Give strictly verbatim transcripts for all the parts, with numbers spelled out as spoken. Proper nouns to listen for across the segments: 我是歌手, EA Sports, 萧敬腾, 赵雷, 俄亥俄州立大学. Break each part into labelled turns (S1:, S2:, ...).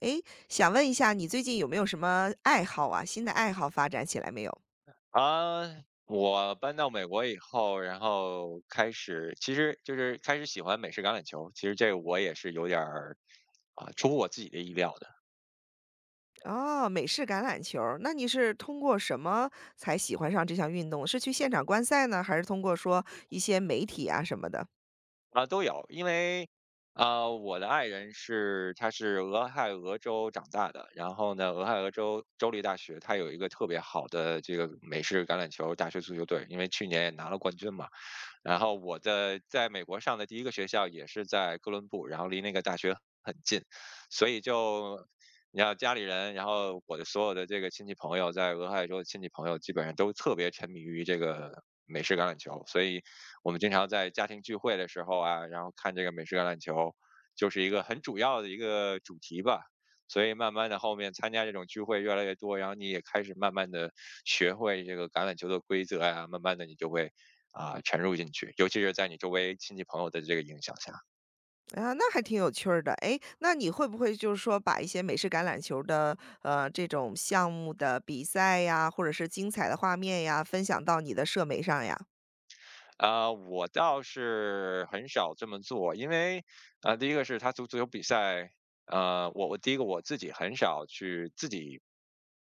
S1: 诶，想问一下你最近有没有什么爱好啊？新的爱好发展起来没有？
S2: 啊，我搬到美国以后，然后开始，其实就是开始喜欢美式橄榄球。其实这个我也是有点儿啊、出乎我自己的意料的。
S1: 哦，美式橄榄球儿那你是通过什么才喜欢上这项运动？是去现场观赛呢，还是通过说一些媒体啊什么的？
S2: 啊、都有，因为啊、我的爱人是他是俄亥俄州长大的，然后呢，俄亥俄州州立大学它有一个特别好的这个美式橄榄球大学足球队，因为去年也拿了冠军嘛。然后我的在美国上的第一个学校也是在哥伦布，然后离那个大学很近，所以就你要家里人，然后我的所有的这个亲戚朋友，在俄亥州的亲戚朋友基本上都特别沉迷于这个美式橄榄球，所以我们经常在家庭聚会的时候啊，然后看这个美式橄榄球，就是一个很主要的一个主题吧。所以慢慢的后面参加这种聚会越来越多，然后你也开始慢慢的学会这个橄榄球的规则呀、慢慢的你就会啊，沉入进去，尤其是在你周围亲戚朋友的这个影响下。
S1: 啊，那还挺有趣儿的。诶，那你会不会就是说把一些美式橄榄球儿的，呃，这种项目的比赛呀，或者是精彩的画面呀，分享到你的社媒上呀？
S2: 啊，我倒是很少这么做，因为，啊，呃第一个是他足足球比赛，呃，我我第一个我自己很少去自己，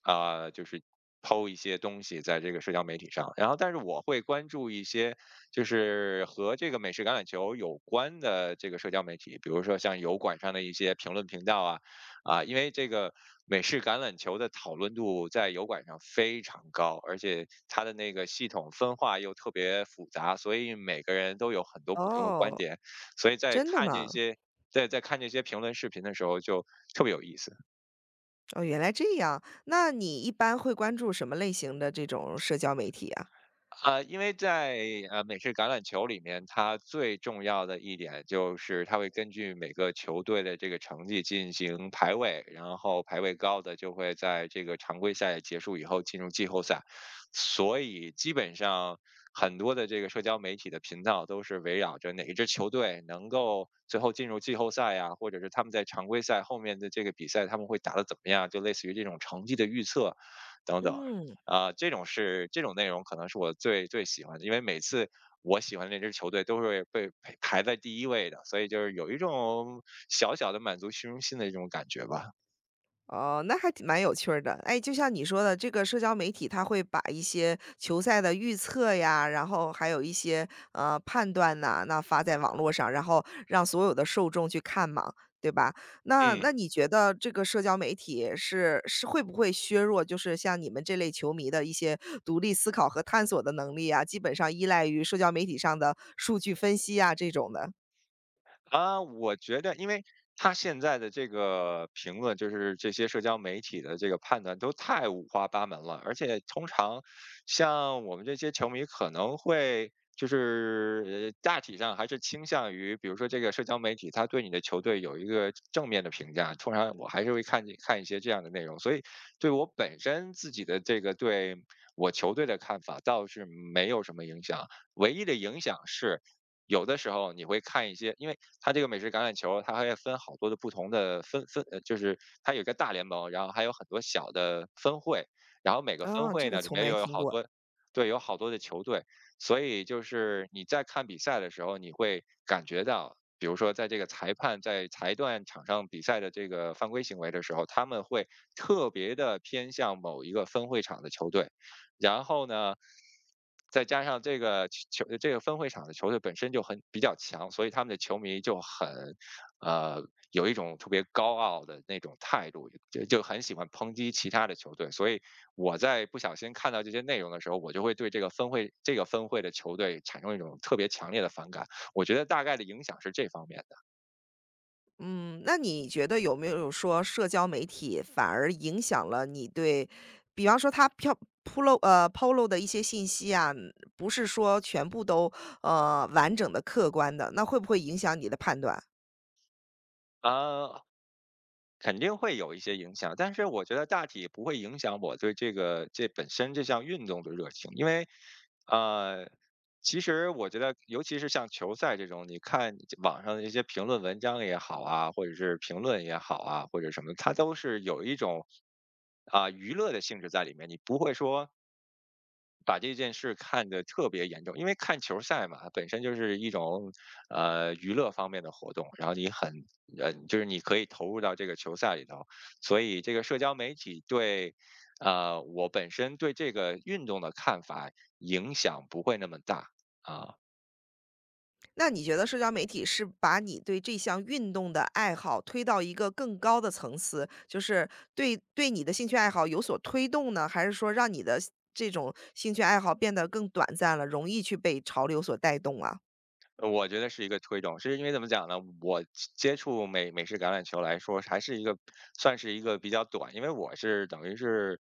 S2: 啊，呃就是抛一些东西在这个社交媒体上，然后但是我会关注一些就是和这个美式橄榄球有关的这个社交媒体，比如说像油管上的一些评论频道啊。啊，因为这个美式橄榄球的讨论度在油管上非常高，而且它的那个系统分化又特别复杂，所以每个人都有很多不同的观
S1: 哦，
S2: 点，所以在
S1: 真的
S2: 看这
S1: 吗？
S2: 些在在看这些评论视频的时候就特别有意思。
S1: 哦，原来这样。那你一般会关注什么类型的这种社交媒体啊？
S2: 啊，因为在呃美式橄榄球里面，它最重要的一点就是它会根据每个球队的这个成绩进行排位，然后排位高的就会在这个常规赛结束以后进入季后赛，所以基本上很多的这个社交媒体的频道都是围绕着哪一支球队能够最后进入季后赛呀，或者是他们在常规赛后面的这个比赛他们会打得怎么样，就类似于这种成绩的预测等等。
S1: 嗯。
S2: 啊，这种是这种内容可能是我最最喜欢的，因为每次我喜欢的那支球队都会被排排在第一位的，所以就是有一种小小的满足虚荣心的一种感觉吧。
S1: 哦，那还挺蛮有趣儿的。哎，就像你说的，这个社交媒体它会把一些球赛的预测呀，然后还有一些呃判断呐，那发在网络上，然后让所有的受众去看嘛，对吧？那
S2: 嗯。
S1: 那你觉得这个社交媒体是是会不会削弱，就是像你们这类球迷的一些独立思考和探索的能力啊？基本上依赖于社交媒体上的数据分析啊这种的。
S2: 啊，我觉得，因为他现在的这个评论，就是这些社交媒体的这个判断都太五花八门了，而且通常像我们这些球迷可能会就是呃大体上还是倾向于，比如说这个社交媒体他对你的球队有一个正面的评价，通常我还是会看看一些这样的内容，所以对我本身自己的这个对我球队的看法倒是没有什么影响，唯一的影响是：有的时候你会看一些，因为它这个美式橄榄球，它会分好多的不同的分分，呃，就是它有一个大联盟，然后还有很多小的分会，然后每个分
S1: 啊？这
S2: 会
S1: 个
S2: 呢里
S1: 从
S2: 面
S1: 没
S2: 又有
S1: 听
S2: 好
S1: 过。
S2: 多，对，有好多的球队，所以就是你在看比赛的时候，你会感觉到，比如说在这个裁判在裁断场上比赛的这个犯规行为的时候，他们会特别的偏向某一个分会场的球队，然后呢，再加上这个球这个分会场的球队本身就很比较强，所以他们的球迷就很，呃，有一种特别高傲的那种态度，就就很喜欢抨击其他的球队。所以我在不小心看到这些内容的时候，我就会对这个分会这个分会的球队产生一种特别强烈的反感。我觉得大概的影响是这方面的。
S1: 嗯，那你觉得有没有说社交媒体反而影响了你对比方说它飘铺露呃，抛露的一些信息啊，不是说全部都，呃，完整的、客观的，那会不会影响你的判断？
S2: 啊、肯定会有一些影响，但是我觉得大体不会影响我对这个这本身这项运动的热情，因为，呃，其实我觉得，尤其是像球赛这种，你看网上的一些评论文章也好啊，或者是评论也好啊，或者什么，它都是有一种啊、娱乐的性质在里面，你不会说把这件事看得特别严重，因为看球赛嘛，本身就是一种呃娱乐方面的活动，然后你很呃就是你可以投入到这个球赛里头，所以这个社交媒体对呃我本身对这个运动的看法影响不会那么大。啊、
S1: 那你觉得社交媒体是把你对这项运动的爱好推到一个更高的层次，就是对对你的兴趣爱好有所推动呢？还是说让你的这种兴趣爱好变得更短暂了，容易去被潮流所带动啊？
S2: 呃我觉得是一个推动，是因为怎么讲呢？我接触美美式橄榄球来说，还是一个算是一个比较短，因为我是等于是，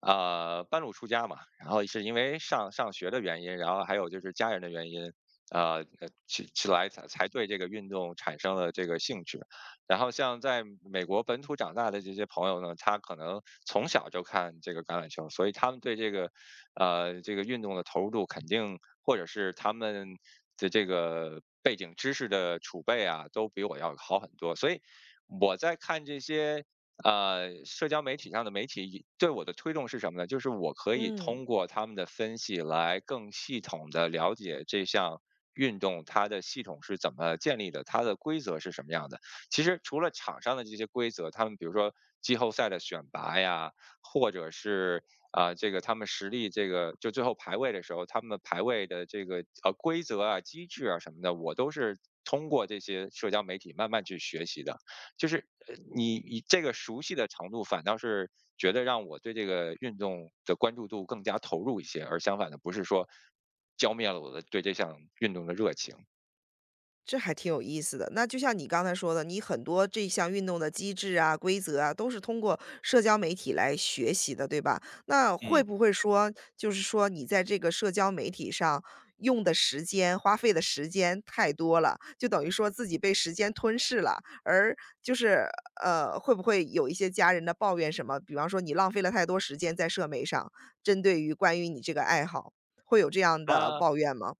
S2: 呃，半路出家嘛，然后是因为上上学的原因，然后还有就是家人的原因，呃，呃起起来才才对这个运动产生了这个兴趣。然后像在美国本土长大的这些朋友呢，他可能从小就看这个橄榄球，所以他们对这个呃，这个运动的投入度肯定，或者是他们的这个背景知识的储备啊，都比我要好很多。所以我在看这些呃社交媒体上的媒体对我的推动是什么呢？就是我可以
S1: 嗯。
S2: 通过他们的分析来更系统的了解这项运动它的系统是怎么建立的，它的规则是什么样的。其实除了场上的这些规则，他们比如说季后赛的选拔呀，或者是啊、这个他们实力这个就最后排位的时候，他们排位的这个呃规则啊、机制啊什么的，我都是通过这些社交媒体慢慢去学习的。就是呃你你这个熟悉的程度，反倒是觉得让我对这个运动的关注度更加投入一些，而相反的，不是说浇灭了我的对这项运动的热情。
S1: 这还挺有意思的。那就像你刚才说的，你很多这项运动的机制啊、规则啊，都是通过社交媒体来学习的，对吧？那会
S2: 嗯
S1: 不会说，就是说你在这个社交媒体上用的时间、花费的时间太多了，就等于说自己被时间吞噬了？而就是呃，会不会有一些家人的抱怨什么？比方说你浪费了太多时间在社媒上，针对于关于你这个爱好，会有这样的
S2: 啊。
S1: 抱怨吗？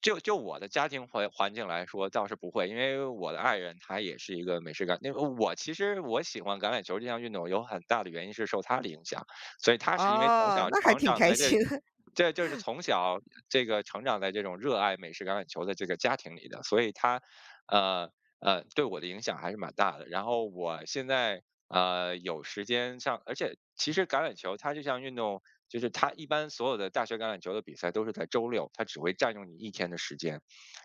S2: 就就我的家庭环环境来说，倒是不会，因为我的爱人她也是一个美式橄榄，因为我其实我喜欢橄榄球这项运动有很大的原因是受她的影响，所以她是因为从
S1: 哦，
S2: 小
S1: 那还
S2: 成
S1: 挺
S2: 长
S1: 开
S2: 在
S1: 心。
S2: 这 这就是从小这个成长在这种热爱美式橄榄球的这个家庭里的，所以她，呃呃，对我的影响还是蛮大的。然后我现在呃有时间上，而且其实橄榄球它这项运动，就是他一般所有的大学橄榄球的比赛都是在周六，他只会占用你一天的时间。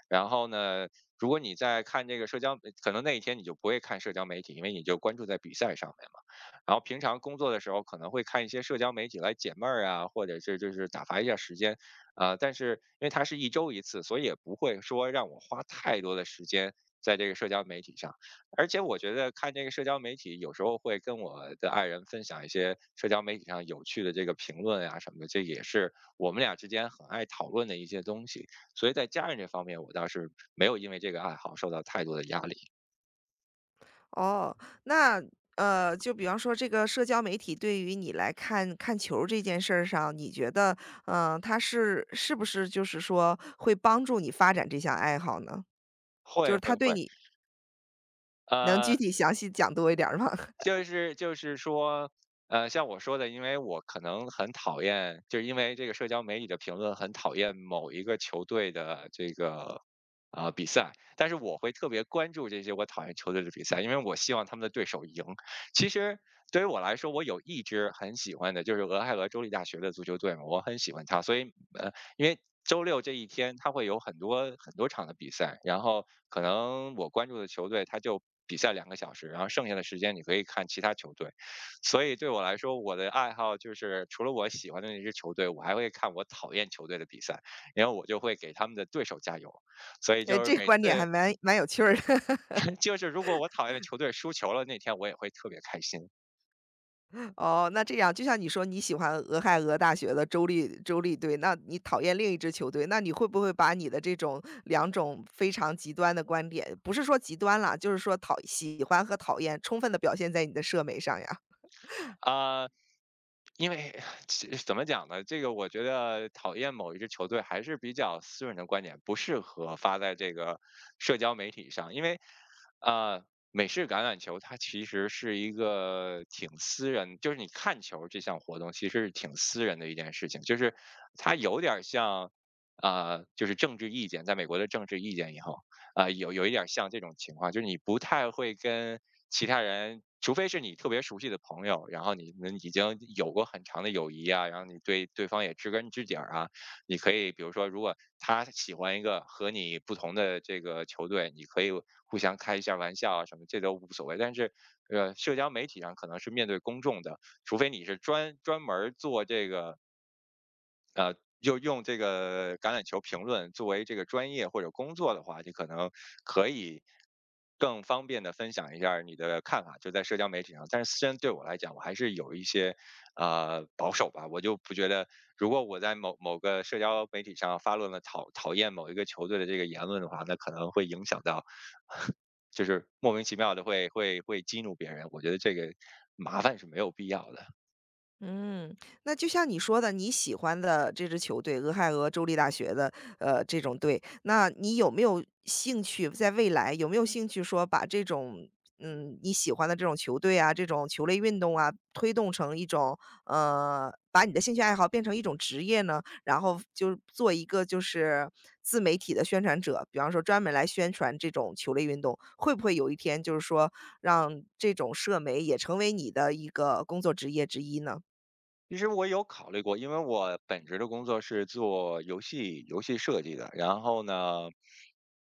S2: 然后呢，如果你在看这个社交，可能那一天你就不会看社交媒体，因为你就关注在比赛上面嘛。然后平常工作的时候可能会看一些社交媒体来解闷儿啊，或者是就是打发一下时间。啊、但是因为它是一周一次，所以也不会说让我花太多的时间在这个社交媒体上。而且我觉得看这个社交媒体，有时候会跟我的爱人分享一些社交媒体上有趣的这个评论啊什么的，这也是我们俩之间很爱讨论的一些东西。所以在家人这方面，我倒是没有因为这个爱好受到太多的压力。
S1: 哦，那呃，就比方说这个社交媒体对于你来看看球儿这件事儿上，你觉得，嗯、它是是不是就是说会帮助你发展这项爱好呢？就
S2: 会
S1: 是
S2: 会
S1: 它对
S2: 会，
S1: 你能具
S2: 呃，
S1: 体详细讲多一点儿吗？
S2: 就是就是说，呃，像我说的，因为我可能很讨厌，就是因为这个社交媒体的评论很讨厌某一个球队的这个呃比赛，但是我会特别关注这些我讨厌球队的比赛，因为我希望他们的对手赢。其实对于我来说，我有一支很喜欢的，就是俄亥俄州立大学的足球队嘛，我很喜欢它，所以呃因为周六这一天，他会有很多很多场的比赛，然后可能我关注的球队他就比赛两个小时，然后剩下的时间你可以看其他球队。所以对我来说，我的爱好就是除了我喜欢的那支球队，我还会看我讨厌球队的比赛，然后我就会给他们的对手加油。所以
S1: 呃，
S2: 就是
S1: 这个
S2: 每
S1: 观点还
S2: 次
S1: 蛮蛮有趣儿的。
S2: 就是如果我讨厌的球队输球了那天，我也会特别开心。
S1: 哦，那这样就像你说你喜欢俄亥俄大学的州立州立队，那你讨厌另一支球队，那你会不会把你的这种两种非常极端的观点，不是说极端啦，就是说讨喜欢和讨厌充分的表现在你的社媒上呀？
S2: 啊、因为 其怎么讲呢？这个我觉得讨厌某一支球队还是比较私人的观点，不适合发在这个社交媒体上，因为呃，美式橄榄球它其实是一个挺私人，就是你看球这项活动其实是挺私人的一件事情，就是它有点儿像。呃，就是政治意见，在美国的政治意见以后。啊，有有一点儿像这种情况，就是你不太会跟其他人，除非是你特别熟悉的朋友，然后你们已经有过很长的友谊啊，然后你对对方也知根知底儿啊，你可以比如说，如果他喜欢一个和你不同的这个球队，你可以互相开一下玩笑啊什么，这都无所谓。但是，呃，社交媒体上可能是面对公众的，除非你是专专门儿做这个就用这个橄榄球评论作为这个专业或者工作的话，你可能可以更方便的分享一下儿你的看法，就在社交媒体上。但是私人对我来讲，我还是有一些呃保守吧，我就不觉得，如果我在某某个社交媒体上发论了讨讨厌某一个球队的这个言论的话，那可能会影响到，就是莫名其妙的会会会激怒别人。我觉得这个麻烦是没有必要的。
S1: 嗯，那就像你说的，你喜欢的这支球队，俄亥俄州立大学的，呃，这种队，那你有没有兴趣在未来有没有兴趣说把这种，嗯，你喜欢的这种球队啊，这种球类运动啊，推动成一种，呃，把你的兴趣爱好变成一种职业呢？然后就做一个就是自媒体的宣传者，比方说专门来宣传这种球类运动，会不会有一天就是说让这种社媒也成为你的一个工作职业之一呢？
S2: 其实我有考虑过，因为我本职的工作是做游戏游戏设计的，然后呢，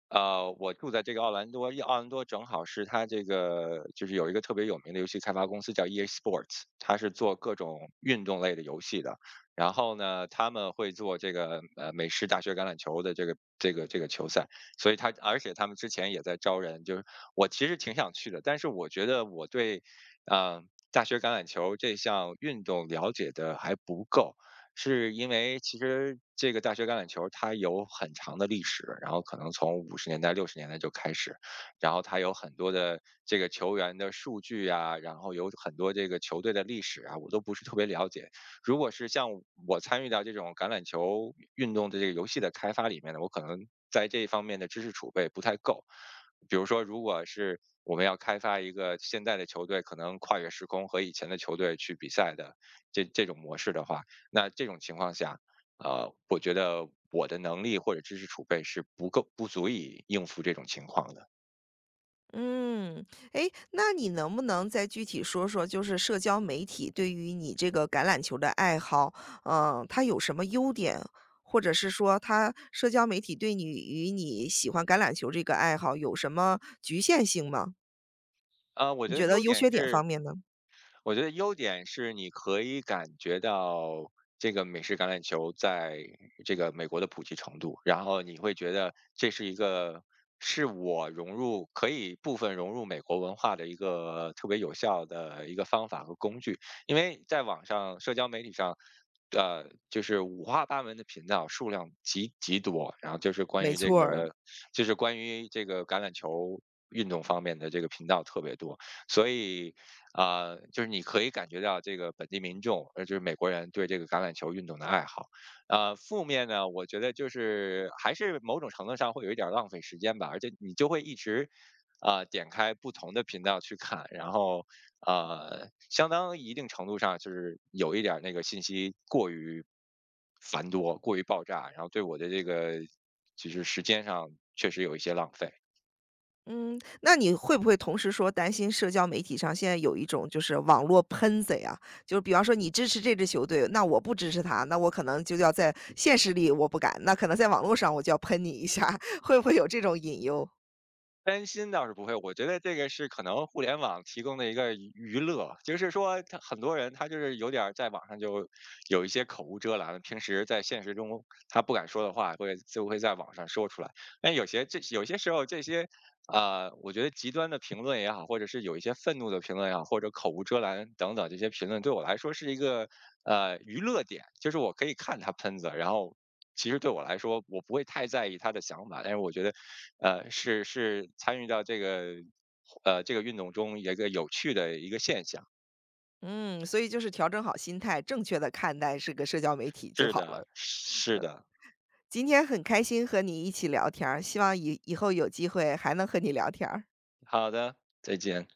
S2: 呃，我住在这个奥兰多，奥兰多正好是它这个就是有一个特别有名的游戏开发公司叫 E A Sports，它是做各种运动类的游戏的。然后呢，他们会做这个呃美式大学橄榄球的这个这个这个球赛，所以他而且他们之前也在招人，就是我其实挺想去的，但是我觉得我对，呃，大学橄榄球这项运动了解的还不够，是因为其实这个大学橄榄球它有很长的历史，然后可能从五十年代、六十年代就开始，然后它有很多的这个球员的数据啊，然后有很多这个球队的历史啊，我都不是特别了解。如果是像我参与到这种橄榄球运动的这个游戏的开发里面呢，我可能在这一方面的知识储备不太够。比如说，如果是我们要开发一个现在的球队，可能跨越时空和以前的球队去比赛的这这种模式的话，那这种情况下，呃，我觉得我的能力或者知识储备是不够不足以应付这种情况的。
S1: 嗯，诶，那你能不能再具体说说，就是社交媒体对于你这个橄榄球的爱好，嗯，它有什么优点？或者是说它社交媒体对你与你喜欢橄榄球这个爱好有什么局限性吗？
S2: 呃，我
S1: 你
S2: 觉得
S1: 觉得
S2: 优
S1: 优
S2: 点
S1: 缺点
S2: 是
S1: 方面呢？
S2: 我觉得优点是你可以感觉到这个美式橄榄球在这个美国的普及程度，然后你会觉得这是一个是我融入可以部分融入美国文化的一个特别有效的一个方法和工具，因为在网上社交媒体上。呃，就是五花八门的频道数量极极多，然后就是关
S1: 没
S2: 于这
S1: 错儿。
S2: 个，就是关于这个橄榄球运动方面的这个频道特别多，所以啊、就是你可以感觉到这个本地民众，呃，就是美国人对这个橄榄球运动的爱好。呃，负面呢，我觉得就是还是某种程度上会有一点儿浪费时间吧，而且你就会一直。啊、点开不同的频道去看，然后呃，相当一定程度上就是有一点儿那个信息过于繁多、过于爆炸，然后对我的这个就是时间上确实有一些浪费。
S1: 嗯，那你会不会同时说担心社交媒体上现在有一种就是网络喷子呀？就是比方说你支持这支球队，那我不支持他，那我可能就要在现实里我不敢，那可能在网络上我就要喷你一下，会不会有这种隐忧？
S2: 担心倒是不会，我觉得这个是可能互联网提供的一个娱娱乐，就是说他很多人他就是有点儿在网上就有一些口无遮拦，平时在现实中他不敢说的话，会就会在网上说出来。但有些这有些时候这些啊、呃我觉得极端的评论也好，或者是有一些愤怒的评论也好，或者口无遮拦等等这些评论，对我来说是一个呃娱乐点，就是我可以看他喷子，然后其实对我来说我不会太在意他的想法，但是我觉得，呃，是是参与到这个呃这个运动中一个有趣的一个现象。
S1: 嗯，所以就是调整好心态，正确的看待这个社交媒体就
S2: 是
S1: 好
S2: 的，
S1: 了。
S2: 是的，
S1: 今天很开心和你一起聊天儿，希望以以后有机会还能和你聊天儿。
S2: 好的，再见。